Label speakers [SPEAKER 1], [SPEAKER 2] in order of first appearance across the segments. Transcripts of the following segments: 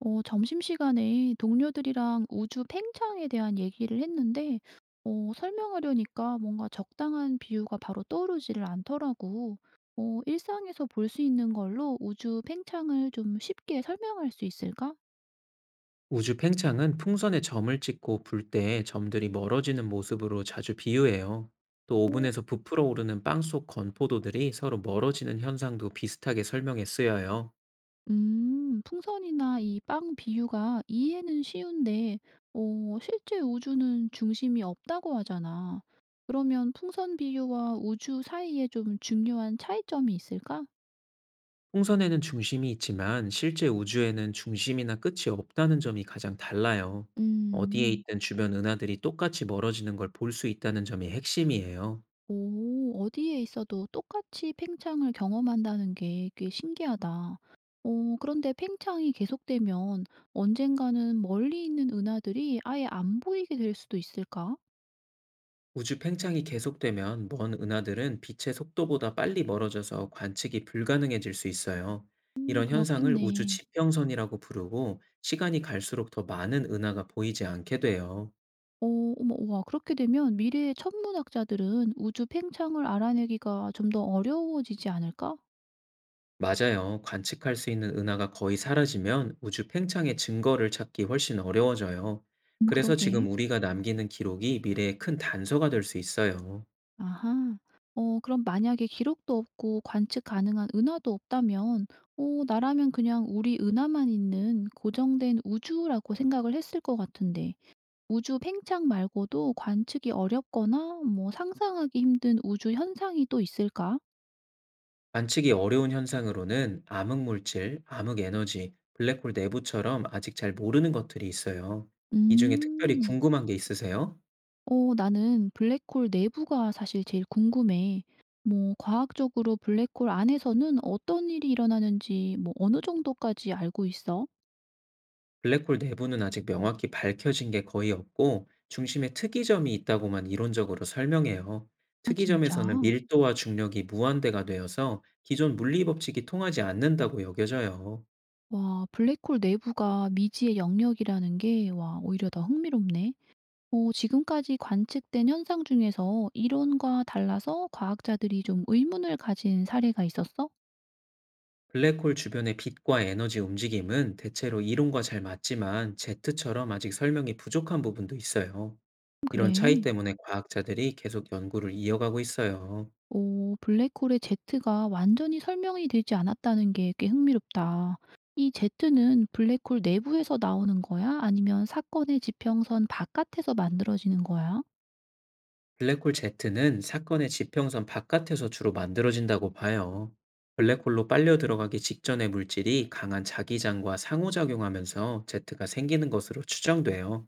[SPEAKER 1] 점심시간에 동료들이랑 우주 팽창에 대한 얘기를 했는데, 설명하려니까 뭔가 적당한 비유가 바로 떠오르지를 않더라고. 일상에서 볼 수 있는 걸로 우주 팽창을 좀 쉽게 설명할 수 있을까?
[SPEAKER 2] 우주 팽창은 풍선에 점을 찍고 불 때 점들이 멀어지는 모습으로 자주 비유해요. 또 오븐에서 부풀어 오르는 빵 속 건포도들이 서로 멀어지는 현상도 비슷하게 설명에 쓰여요.
[SPEAKER 1] 풍선이나 이 빵 비유가 이해는 쉬운데, 실제 우주는 중심이 없다고 하잖아. 그러면 풍선 비유와 우주 사이에 좀 중요한 차이점이 있을까?
[SPEAKER 2] 풍선에는 중심이 있지만 실제 우주에는 중심이나 끝이 없다는 점이 가장 달라요. 어디에
[SPEAKER 1] 음.
[SPEAKER 2] 있든 주변 은하들이 똑같이 멀어지는 걸 볼 수 있다는 점이 핵심이에요.
[SPEAKER 1] 오, 어디에 있어도 똑같이 팽창을 경험한다는 게 꽤 신기하다. 그런데 팽창이 계속되면 언젠가는 멀리 있는 은하들이 아예 안 보이게 될 수도 있을까?
[SPEAKER 2] 우주 팽창이 계속되면 먼 은하들은 빛의 속도보다 빨리 멀어져서 관측이 불가능해질 수 있어요. 이런 현상을 우주
[SPEAKER 1] 그렇겠네.
[SPEAKER 2] 지평선이라고 부르고 시간이 갈수록 더 많은 은하가 보이지 않게 돼요.
[SPEAKER 1] 어, 어머, 와, 그렇게 되면 미래의 천문학자들은 우주 팽창을 알아내기가 좀 더 어려워지지 않을까?
[SPEAKER 2] 맞아요. 관측할 수 있는 은하가 거의 사라지면 우주 팽창의 증거를 찾기 훨씬 어려워져요. 그래서
[SPEAKER 1] 그러게.
[SPEAKER 2] 지금 우리가 남기는 기록이 미래의 큰 단서가 될 수 있어요.
[SPEAKER 1] 아하. 그럼 만약에 기록도 없고 관측 가능한 은하도 없다면 나라면 그냥 우리 은하만 있는 고정된 우주라고 생각을 했을 것 같은데 우주 팽창 말고도 관측이 어렵거나 뭐 상상하기 힘든 우주 현상이 또 있을까?
[SPEAKER 2] 관측이 어려운 현상으로는 암흑 물질, 암흑 에너지, 블랙홀 내부처럼 아직 잘 모르는 것들이 있어요. 이 중에 특별히
[SPEAKER 1] 음.
[SPEAKER 2] 궁금한 게 있으세요?
[SPEAKER 1] 나는 블랙홀 내부가 사실 제일 궁금해. 뭐 과학적으로 블랙홀 안에서는 어떤 일이 일어나는지 뭐 어느 정도까지 알고 있어?
[SPEAKER 2] 블랙홀 내부는 아직 명확히 밝혀진 게 거의 없고 중심에 특이점이 있다고만 이론적으로 설명해요.
[SPEAKER 1] 아 진짜?
[SPEAKER 2] 특이점에서는 밀도와 중력이 무한대가 되어서 기존 물리 법칙이 통하지 않는다고 여겨져요.
[SPEAKER 1] 와, 블랙홀 내부가 미지의 영역이라는 게, 와, 오히려 더 흥미롭네. 지금까지 관측된 현상 중에서 이론과 달라서 과학자들이 좀 의문을 가진 사례가 있었어?
[SPEAKER 2] 블랙홀 주변의 빛과 에너지 움직임은 대체로 이론과 잘 맞지만 제트처럼 아직 설명이 부족한 부분도 있어요. 이런 차이
[SPEAKER 1] 그래.
[SPEAKER 2] 때문에 과학자들이 계속 연구를 이어가고 있어요.
[SPEAKER 1] 블랙홀의 Z가 완전히 설명이 되지 않았다는 게 꽤 흥미롭다. 이 Z는 블랙홀 내부에서 나오는 거야? 아니면 사건의 지평선 바깥에서 만들어지는 거야?
[SPEAKER 2] 블랙홀 Z는 사건의 지평선 바깥에서 주로 만들어진다고 봐요. 블랙홀로 빨려 들어가기 직전의 물질이 강한 자기장과 상호작용하면서 Z가 생기는 것으로 추정돼요.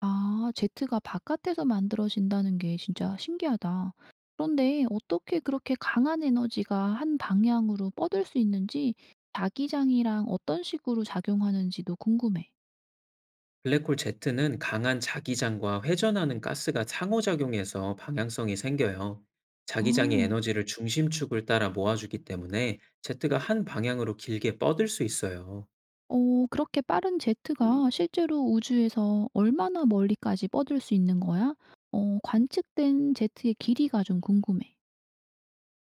[SPEAKER 1] 아 제트가 바깥에서 만들어진다는 게 진짜 신기하다. 그런데 어떻게 그렇게 강한 에너지가 한 방향으로 뻗을 수 있는지 자기장이랑 어떤 식으로 작용하는지도 궁금해.
[SPEAKER 2] 블랙홀 Z는 강한 자기장과 회전하는 가스가 상호작용해서 방향성이 생겨요.
[SPEAKER 1] 아.
[SPEAKER 2] 자기장이 에너지를 중심축을 따라 모아주기 때문에 Z가 한 방향으로 길게 뻗을 수 있어요.
[SPEAKER 1] 그렇게 빠른 제트가 실제로 우주에서 얼마나 멀리까지 뻗을 수 있는 거야? 관측된 제트의 길이가 좀 궁금해.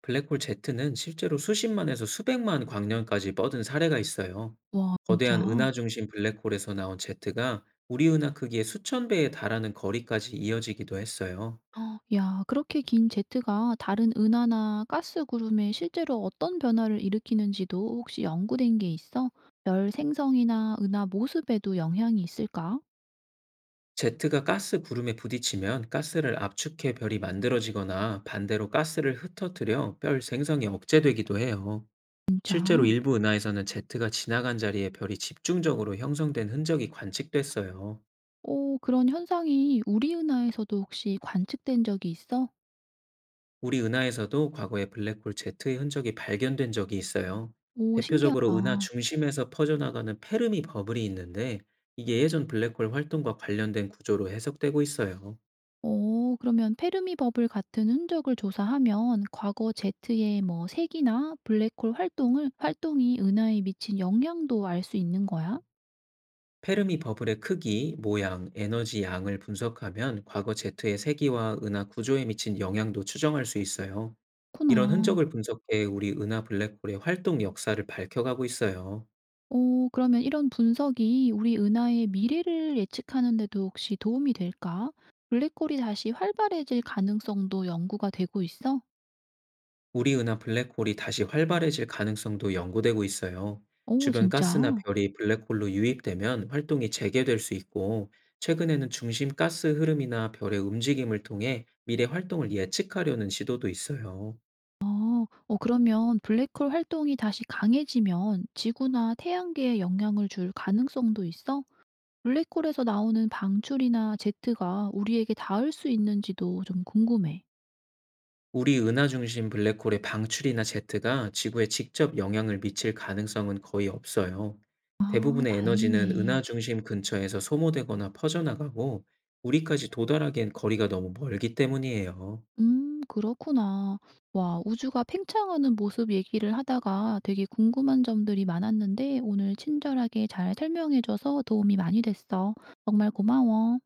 [SPEAKER 2] 블랙홀 제트는 실제로 수십만에서 수백만 광년까지 뻗은 사례가 있어요.
[SPEAKER 1] 와 진짜?
[SPEAKER 2] 거대한 은하 중심 블랙홀에서 나온 제트가 우리 은하 크기의 수천 배에 달하는 거리까지 이어지기도 했어요.
[SPEAKER 1] 어 야 그렇게 긴 제트가 다른 은하나 가스 구름에 실제로 어떤 변화를 일으키는지도 혹시 연구된 게 있어? 별 생성이나 은하 모습에도 영향이 있을까?
[SPEAKER 2] 제트가 가스 구름에 부딪히면 가스를 압축해 별이 만들어지거나 반대로 가스를 흩어뜨려 별 생성이 억제되기도 해요.
[SPEAKER 1] 진짜?
[SPEAKER 2] 실제로 일부 은하에서는 제트가 지나간 자리에 별이 집중적으로 형성된 흔적이 관측됐어요.
[SPEAKER 1] 오, 그런 현상이 우리 은하에서도 혹시 관측된 적이 있어?
[SPEAKER 2] 우리 은하에서도 과거에 블랙홀 제트의 흔적이 발견된 적이 있어요.
[SPEAKER 1] 오,
[SPEAKER 2] 대표적으로 은하
[SPEAKER 1] 신기하다.
[SPEAKER 2] 중심에서 퍼져나가는 페르미 버블이 있는데 이게 예전 블랙홀 활동과 관련된 구조로 해석되고 있어요.
[SPEAKER 1] 오, 그러면 페르미 버블 같은 흔적을 조사하면 과거 제트의 뭐 색이나 블랙홀 활동을 활동이 은하에 미친 영향도 알 수 있는 거야?
[SPEAKER 2] 페르미 버블의 크기, 모양, 에너지 양을 분석하면 과거 제트의 세기와 은하 구조에 미친 영향도 추정할 수 있어요. 이런
[SPEAKER 1] 그렇구나.
[SPEAKER 2] 흔적을 분석해 우리 은하 블랙홀의 활동 역사를 밝혀가고 있어요.
[SPEAKER 1] 그러면 이런 분석이 우리 은하의 미래를 예측하는 데도 혹시 도움이 될까? 블랙홀이 다시 활발해질 가능성도 연구가 되고 있어?
[SPEAKER 2] 우리은하 블랙홀이 다시 활발해질 가능성도 연구되고 있어요.
[SPEAKER 1] 오,
[SPEAKER 2] 주변
[SPEAKER 1] 진짜?
[SPEAKER 2] 가스나 별이 블랙홀로 유입되면 활동이 재개될 수 있고, 최근에는 중심 가스 흐름이나 별의 움직임을 통해 미래 활동을 예측하려는 시도도 있어요.
[SPEAKER 1] 아. 그러면 블랙홀 활동이 다시 강해지면 지구나 태양계에 영향을 줄 가능성도 있어? 블랙홀에서 나오는 방출이나 제트가 우리에게 닿을 수 있는지도 좀 궁금해.
[SPEAKER 2] 우리 은하 중심 블랙홀의 방출이나 제트가 지구에 직접 영향을 미칠 가능성은 거의 없어요.
[SPEAKER 1] 아
[SPEAKER 2] 대부분의 에너지는 은하
[SPEAKER 1] 다행이네.
[SPEAKER 2] 중심 근처에서 소모되거나 퍼져나가고, 우리까지 도달하기엔 거리가 너무 멀기 때문이에요.
[SPEAKER 1] 그렇구나. 와, 우주가 팽창하는 모습 얘기를 하다가 되게 궁금한 점들이 많았는데 오늘 친절하게 잘 설명해줘서 도움이 많이 됐어. 정말 고마워.